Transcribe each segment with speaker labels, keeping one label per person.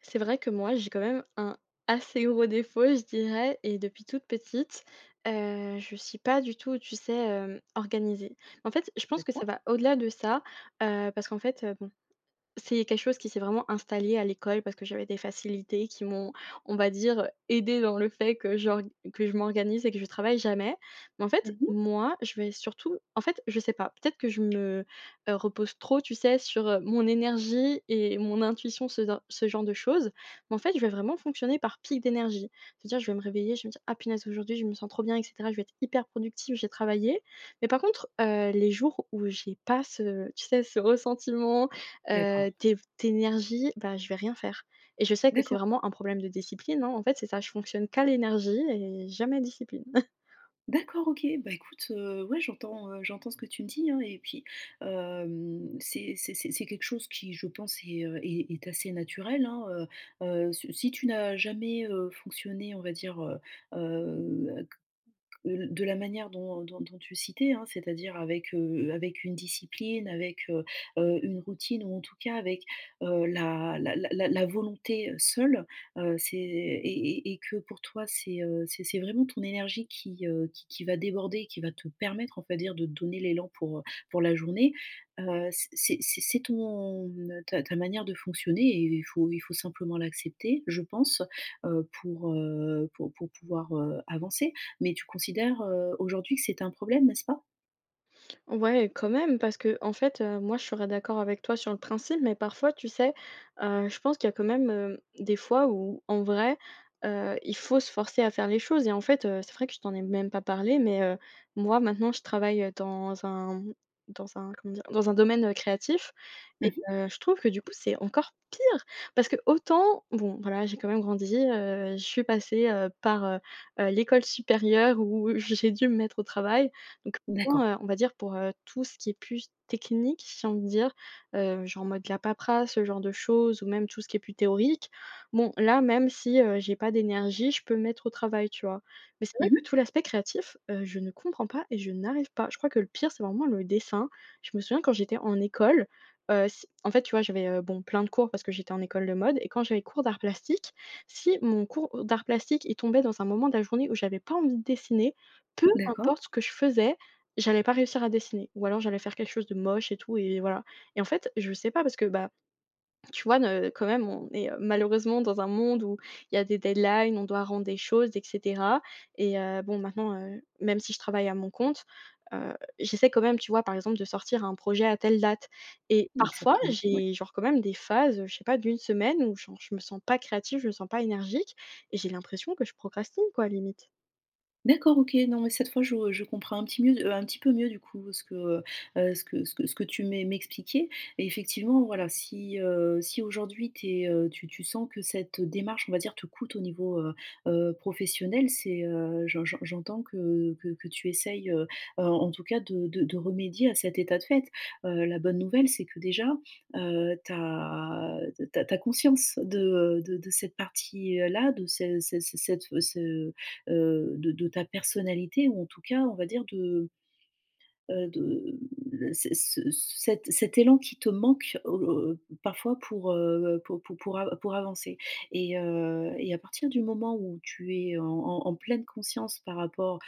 Speaker 1: C'est vrai que moi, j'ai quand même un assez gros défaut, je dirais, et depuis toute petite, je suis pas du tout, tu sais, organisée. En fait, je pense que ça
Speaker 2: D'accord.
Speaker 1: va au-delà de ça, parce qu'en fait, bon, c'est quelque chose qui s'est vraiment installé à l'école parce que j'avais des facilités qui m'ont, on va dire, aidé dans le fait que j'org que je m'organise et que je travaille jamais. Mais en fait,
Speaker 2: Mmh.
Speaker 1: moi, je vais surtout, en fait, je sais pas, peut-être que je me repose trop, tu sais, sur, mon énergie et mon intuition, ce genre de choses. Mais en fait, je vais vraiment fonctionner par pic d'énergie. C'est-à-dire, je vais me réveiller, je vais me dire: «Ah punaise, aujourd'hui, je me sens trop bien et cetera, je vais être hyper productive, j'ai travaillé.» Mais par contre, les jours où j'ai pas ce, tu sais, ce ressentiment,
Speaker 2: D'accord.
Speaker 1: tes v énergies, bah, je vais rien faire, et je sais que c'est
Speaker 2: D'accord.
Speaker 1: vraiment un problème de discipline, hein. En fait, c'est ça, je fonctionne qu'à l'énergie et jamais discipline.
Speaker 2: D'accord, OK. Bah, écoute, ouais, j'entends, j'entends ce que tu me dis, hein. Et puis, c'est quelque chose qui, je pense, est, est assez naturel, hein, si tu n'as jamais, fonctionné, on va dire, de la manière dont dont tu citais, hein, c'est-à-dire avec, avec une discipline, avec, une routine ou en tout cas avec, la volonté seule, c'est et que pour toi c'est, c'est vraiment ton énergie qui, qui va déborder, qui va te permettre, on va dire, de te donner l'élan pour la journée. C'est ton ta manière de fonctionner et il faut simplement l'accepter, je pense, pour, pour pouvoir, avancer. Mais tu considères, aujourd'hui que c'est un problème, n'est-ce pas?
Speaker 1: Ouais, quand même, parce que, en fait, moi, je serais d'accord avec toi sur le principe, mais parfois, tu sais, je pense qu'il y a quand même, des fois où, en vrai, il faut se forcer à faire les choses. Et en fait, c'est vrai que je t'en ai même pas parlé, mais moi, maintenant, je travaille dans un, comment dire? Dans un domaine, créatif, et
Speaker 2: Mmh.
Speaker 1: je trouve que, du coup, c'est encore pire, parce que autant, bon, voilà, j'ai quand même grandi, je suis passée, par, l'école supérieure où j'ai dû me mettre au travail. Donc, bon,
Speaker 2: D'accord.
Speaker 1: on va dire, pour, tout ce qui est plus technique, si on veut dire, genre en mode la paperasse, ce genre de choses, ou même tout ce qui est plus théorique. Bon, là, même si, j'ai pas d'énergie, je peux me mettre au travail, tu vois? Mais c'est vrai
Speaker 2: Mmh.
Speaker 1: que tout l'aspect créatif, je ne comprends pas et je n'arrive pas. Je crois que le pire, c'est vraiment le dessin. Je me souviens quand j'étais en école, si, en fait, tu vois, j'avais, bon, plein de cours parce que j'étais en école de mode, et quand j'avais cours d'art plastique, si mon cours d'art plastique il tombait dans un moment de la journée où j'avais pas envie de dessiner, peu
Speaker 2: D'accord.
Speaker 1: importe ce que je faisais, j'allais pas réussir à dessiner, ou alors j'allais faire quelque chose de moche et tout, et voilà. Et en fait, je sais pas, parce que, bah, tu vois, ne quand même, on est, malheureusement dans un monde où il y a des deadlines, on doit rendre des choses et cetera, et bon, maintenant, même si je travaille à mon compte, heu, j'essaie quand même, tu vois, par exemple, de sortir un projet à telle date. Et parfois,
Speaker 2: Exactement, ouais.
Speaker 1: j'ai genre quand même des phases, je sais pas, d'une semaine, où genre je me sens pas créative, je me sens pas énergique, et j'ai l'impression que je procrastine, quoi, limite.
Speaker 2: D'accord, OK. Non, mais cette fois, je comprends un petit mieux un petit peu mieux, du coup, ce que, ce que tu m'expliquais et effectivement, voilà, si, si aujourd'hui tu tu sens que cette démarche, on va dire, te coûte au niveau, professionnel, c'est, j'entends que tu essayes, en tout cas, de de remédier à cet état de fait. La bonne nouvelle, c'est que déjà, t'as as tu conscience de, de cette partie, là, de ce ce ce cette ce de ta personnalité ou en tout cas, on va dire de le ce cet élan qui te manque au parfois pour a pour avancer et à partir du moment où tu es en pleine conscience par rapport.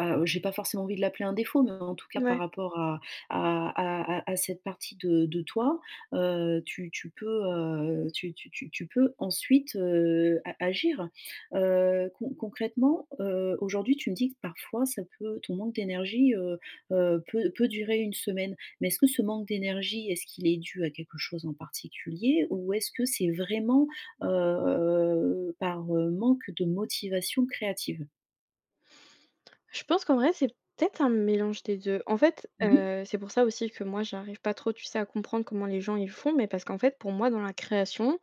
Speaker 2: J'ai pas forcément envie de l'appeler un défaut, mais en tout cas par
Speaker 1: Ouais.
Speaker 2: rapport à cette partie de toi, tu tu peux, tu tu peux ensuite, a agir. Concrètement, aujourd'hui tu me dis que parfois ça peut ton manque d'énergie, peut durer une semaine. Mais est-ce que ce manque d'énergie, est-ce qu'il est dû à quelque chose en particulier? Ou est-ce que c'est vraiment, par, manque de motivation créative?
Speaker 1: Je pense qu'en vrai, c'est peut-être un mélange des 2. En fait,
Speaker 2: Mmh.
Speaker 1: c'est pour ça aussi que moi, j'arrive pas trop, tu sais, à comprendre comment les gens ils font, mais parce qu'en fait, pour moi, dans la création,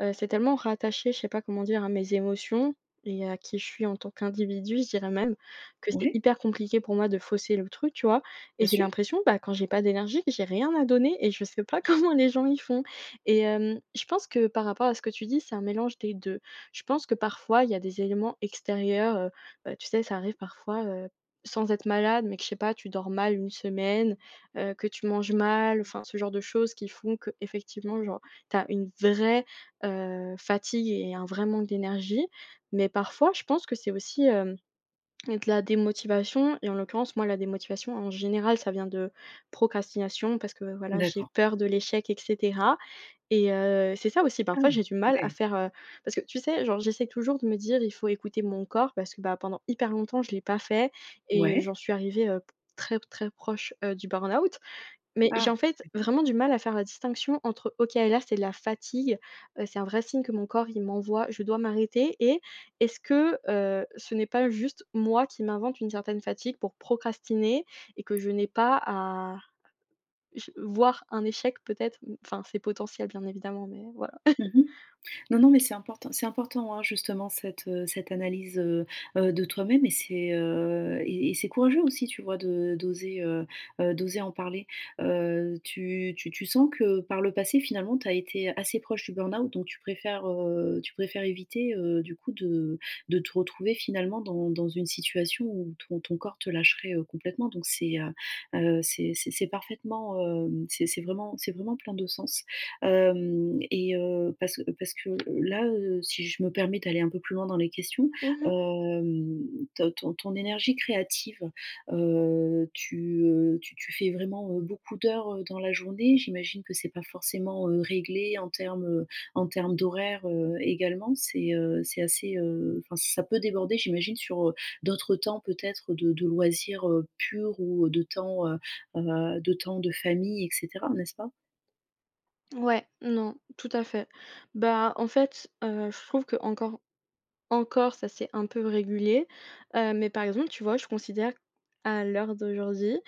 Speaker 1: C'est tellement rattaché, je sais pas comment dire, à mes émotions et à qui je suis en tant qu'individu, je dirais même, que c'est
Speaker 2: Oui,
Speaker 1: hyper compliqué pour moi de fausser le truc, tu vois? Et
Speaker 2: bien
Speaker 1: j'ai
Speaker 2: sûr.
Speaker 1: l'impression, bah, quand j'ai pas d'énergie, que j'ai rien à donner, et je sais pas comment les gens y font. Et je pense que par rapport à ce que tu dis, c'est un mélange des deux. Je pense que parfois il y a des éléments extérieurs, bah, tu sais, ça arrive parfois, sans être malade, mais que, je sais pas, tu dors mal une semaine, que tu manges mal, enfin ce genre de choses qui font que effectivement, genre, t'as une vraie fatigue et un vrai manque d'énergie. Mais parfois, je pense que c'est aussi, de la démotivation, et en l'occurrence, moi, la démotivation, en général, ça vient de procrastination, parce que, voilà, j'ai
Speaker 2: D'accord.
Speaker 1: peur de l'échec et cetera. Et c'est ça aussi,
Speaker 2: Ah!
Speaker 1: parfois, j'ai du mal à
Speaker 2: Ouais.
Speaker 1: faire, parce que tu sais, genre, j'essaie toujours de me dire: «Il faut écouter mon corps» parce que, bah, pendant hyper longtemps, je ne l'ai pas fait, et
Speaker 2: Ouais.
Speaker 1: j'en suis arrivée, très, très proche, du burn-out. Mais j'ai
Speaker 2: Ah!
Speaker 1: en fait vraiment du mal à faire la distinction entre: «OK, là, c'est de la fatigue, c'est un vrai signe que mon corps il m'envoie, je dois m'arrêter» et est-ce que, ce n'est pas juste moi qui m'invente une certaine fatigue pour procrastiner et que je n'ai pas à j voir un échec peut-être, mmh, enfin, c'est potentiel, bien évidemment, mais voilà.
Speaker 2: Mmh. Non, non, mais c'est important, hein, justement cette, cette analyse, de toi-même. Et c'est, et c'est courageux aussi, tu vois, de d'oser, d'oser en parler. Tu sens que par le passé, finalement, tu as été assez proche du burn-out, donc tu préfères éviter, du coup, de te retrouver finalement dans une situation où ton corps te lâcherait, complètement, donc c'est, c'est parfaitement, c'est vraiment plein de sens. Hem et Parce que parce que là, si je me permets d'aller un peu plus loin dans les questions,
Speaker 1: Mmh.
Speaker 2: hem, ton énergie créative, tu, tu tu fais vraiment, beaucoup d'heures, dans la journée. J'imagine que c'est pas forcément, réglé en termes d'horaire, également. C'est assez, enfin ça peut déborder j'imagine sur, d'autres temps peut-être de loisirs, purs ou de temps, de temps de famille et cetera, n'est-ce pas?
Speaker 1: Ouais, non, tout à fait. Bah, en fait, je trouve que encore. Encore, ça c'est un peu régulier, mais par exemple, tu vois, je considère à l'heure d'aujourd'hui,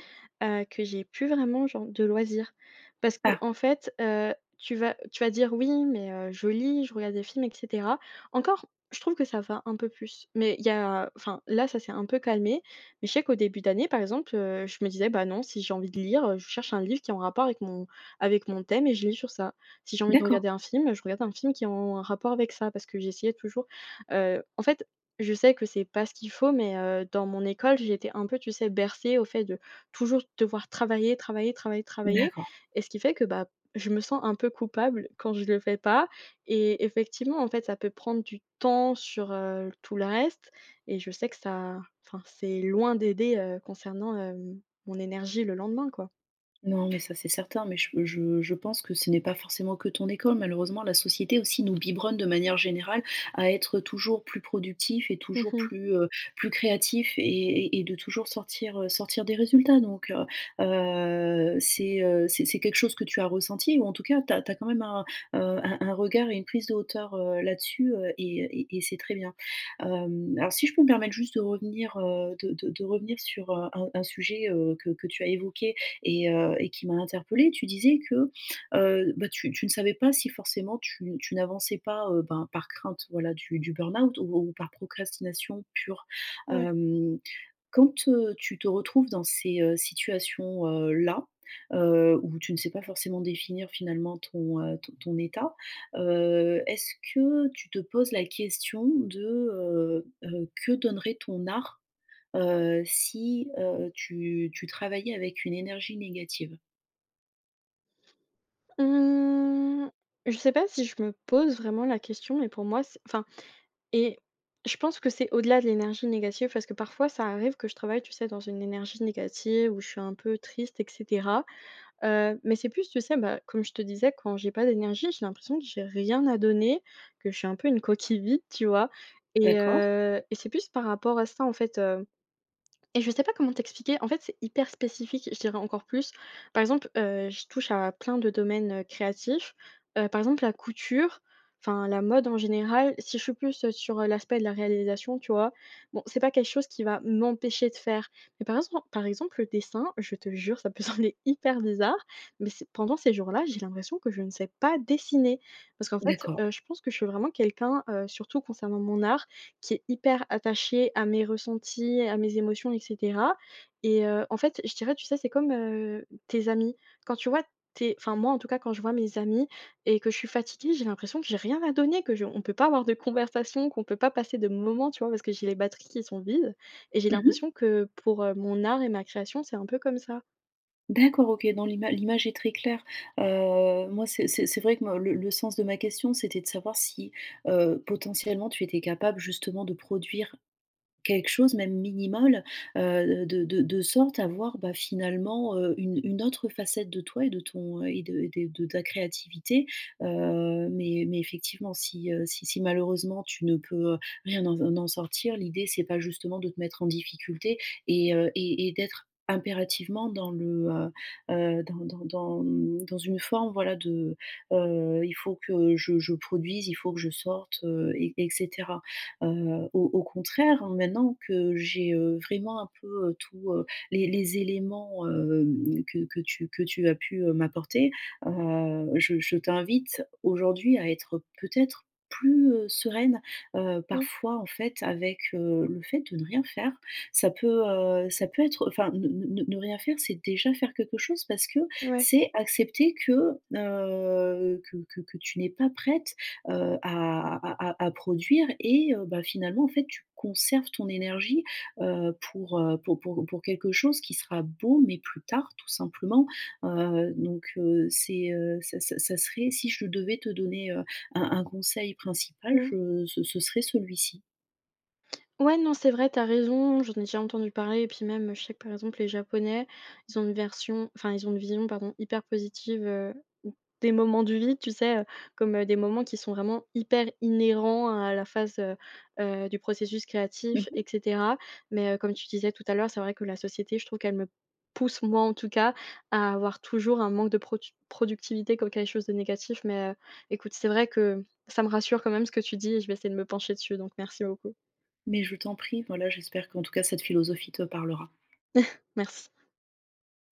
Speaker 1: que j'ai plus vraiment genre de loisirs. Parce que,
Speaker 2: Ah,
Speaker 1: en fait, tu vas dire: «Oui, mais je lis, je regarde des films» et cetera. Encore, je trouve que ça va un peu plus, mais il y a, enfin, là, ça s'est un peu calmé, mais je sais qu'au début d'année, par exemple, je me disais: «Bah non, si j'ai envie de lire, je cherche un livre qui est en rapport avec mon, thème, et je lis sur ça. Si j'ai envie de
Speaker 2: d'accord.
Speaker 1: regarder un film, je regarde un film qui est en rapport avec ça» parce que j'essayais toujours. En fait, je sais que c'est pas ce qu'il faut, mais dans mon école, j'étais un peu, tu sais, bercée au fait de toujours devoir travailler, travailler, travailler, travailler,
Speaker 2: D'accord.
Speaker 1: et ce qui fait que, bah, je me sens un peu coupable quand je le fais pas, et effectivement, en fait, ça peut prendre du temps sur, tout le reste, et je sais que ça, enfin, c'est loin d'aider, concernant, mon énergie le lendemain, quoi.
Speaker 2: Non, mais ça, c'est certain, mais je pense que ce n'est pas forcément que ton école. Malheureusement, la société aussi nous biberonne de manière générale à être toujours plus productif et toujours
Speaker 1: Mmh.
Speaker 2: plus, plus créatif et et de toujours sortir, sortir des résultats. Donc c'est, c'est quelque chose que tu as ressenti ou en tout cas, tu as quand même un regard et une prise de hauteur, là-dessus, et et c'est très bien. Alors si je peux me permettre juste de revenir, de de revenir sur, un sujet, que tu as évoqué, et qui m'a interpellée. Tu disais que, bah, tu tu ne savais pas si forcément tu tu n'avançais pas, ben, par crainte, voilà, du burn-out ou par procrastination pure.
Speaker 1: Ouais.
Speaker 2: Hem, Quand, tu te retrouves dans ces, situations, là, où tu ne sais pas forcément définir finalement ton, ton ton état, est-ce que tu te poses la question de, que donnerait ton art si, tu tu travaillais avec une énergie négative.
Speaker 1: Mmh, je sais pas si je me pose vraiment la question, mais pour moi, c'est, enfin… Et je pense que c'est au-delà de l'énergie négative, parce que parfois ça arrive que je travaille, tu sais, dans une énergie négative où je suis un peu triste et cetera. Mais c'est plus, tu sais, bah, comme je te disais, quand j'ai pas d'énergie, j'ai l'impression que j'ai rien à donner, que je suis un peu une coquille vide, tu vois? Et
Speaker 2: D'accord,
Speaker 1: heu, et c'est plus par rapport à ça, en fait, et je sais pas comment t'expliquer. En fait, c'est hyper spécifique, je dirais, encore plus. Par exemple, je touche à plein de domaines, créatifs. Par exemple, la couture, enfin, la mode en général. Si je suis plus, sur, l'aspect de la réalisation, tu vois? Bon, c'est pas quelque chose qui va m'empêcher de faire. Mais par exemple, le dessin, je te jure, ça peut sembler hyper bizarre, mais c'est pendant ces jours-là, j'ai l'impression que je ne sais pas dessiner. Parce qu'en fait,
Speaker 2: d'accord.
Speaker 1: je pense que je suis vraiment quelqu'un, surtout concernant mon art, qui est hyper attachée à mes ressentis, à mes émotions et cetera. Et en fait, je dirais, tu sais, c'est comme, tes amis. Quand tu vois tes enfin, moi, en tout cas, quand je vois mes amis et que je suis fatiguée, j'ai l'impression que j'ai rien à donner, que je, on peut pas avoir de conversation, qu'on peut pas passer de moments, tu vois? Parce que j'ai les batteries qui sont vides, et j'ai
Speaker 2: Mmh.
Speaker 1: l'impression que pour, mon art et ma création, c'est un peu comme ça.
Speaker 2: D'accord, OK, dans l'image est très claire. Moi, c'est vrai que me le sens de ma question, c'était de savoir si, potentiellement, tu étais capable justement de produire quelque chose même minimal, de de sorte à voir, bah, finalement, une autre facette de toi et de ton, et de ta créativité. Mais effectivement si, si si malheureusement tu ne peux, rien en en sortir, l'idée c'est pas justement de te mettre en difficulté et d'être impérativement dans le, dans dans, mmh, dans une forme, voilà, de, «Il faut que je produise, il faut que je sorte», Au contraire, hein, maintenant que j'ai, vraiment un peu, tout, les éléments, que tu que tu as pu, m'apporter, je t'invite aujourd'hui à être peut-être plus, sereine.
Speaker 1: Mmh,
Speaker 2: Parfois, en fait, avec, le fait de ne rien faire, ça peut être enfin, ne rien faire, c'est déjà faire quelque chose parce que
Speaker 1: ouais.
Speaker 2: c'est accepter que, que que tu n'es pas prête heu, à à produire et bah, finalement, en fait, tu conserves ton énergie, pour, pour pour quelque chose qui sera beau, mais plus tard, tout simplement. Donc c'est, ça ça serait si je devais te donner, un conseil principal,
Speaker 1: Mmh.
Speaker 2: je ce ce serait celui-ci.
Speaker 1: Ouais, non, c'est vrai, t'as raison, j'en ai déjà entendu parler, et puis même, je sais que par exemple les japonais, ils ont une version, enfin ils ont une vision, pardon, hyper positive, des moments du vide, tu sais? Comme, des moments qui sont vraiment hyper inhérents à la phase, du processus créatif
Speaker 2: Mmh.
Speaker 1: et cetera. Mais, comme tu disais tout à l'heure, c'est vrai que la société, je trouve qu'elle me pousse, moi en tout cas, à avoir toujours un manque de productivité comme quelque chose de négatif. Mais, écoute, c'est vrai que ça me rassure quand même ce que tu dis, et je vais essayer de me pencher dessus, donc merci beaucoup.
Speaker 2: Mais je t'en prie, voilà, j'espère qu'en tout cas cette philosophie te parlera.
Speaker 1: Merci.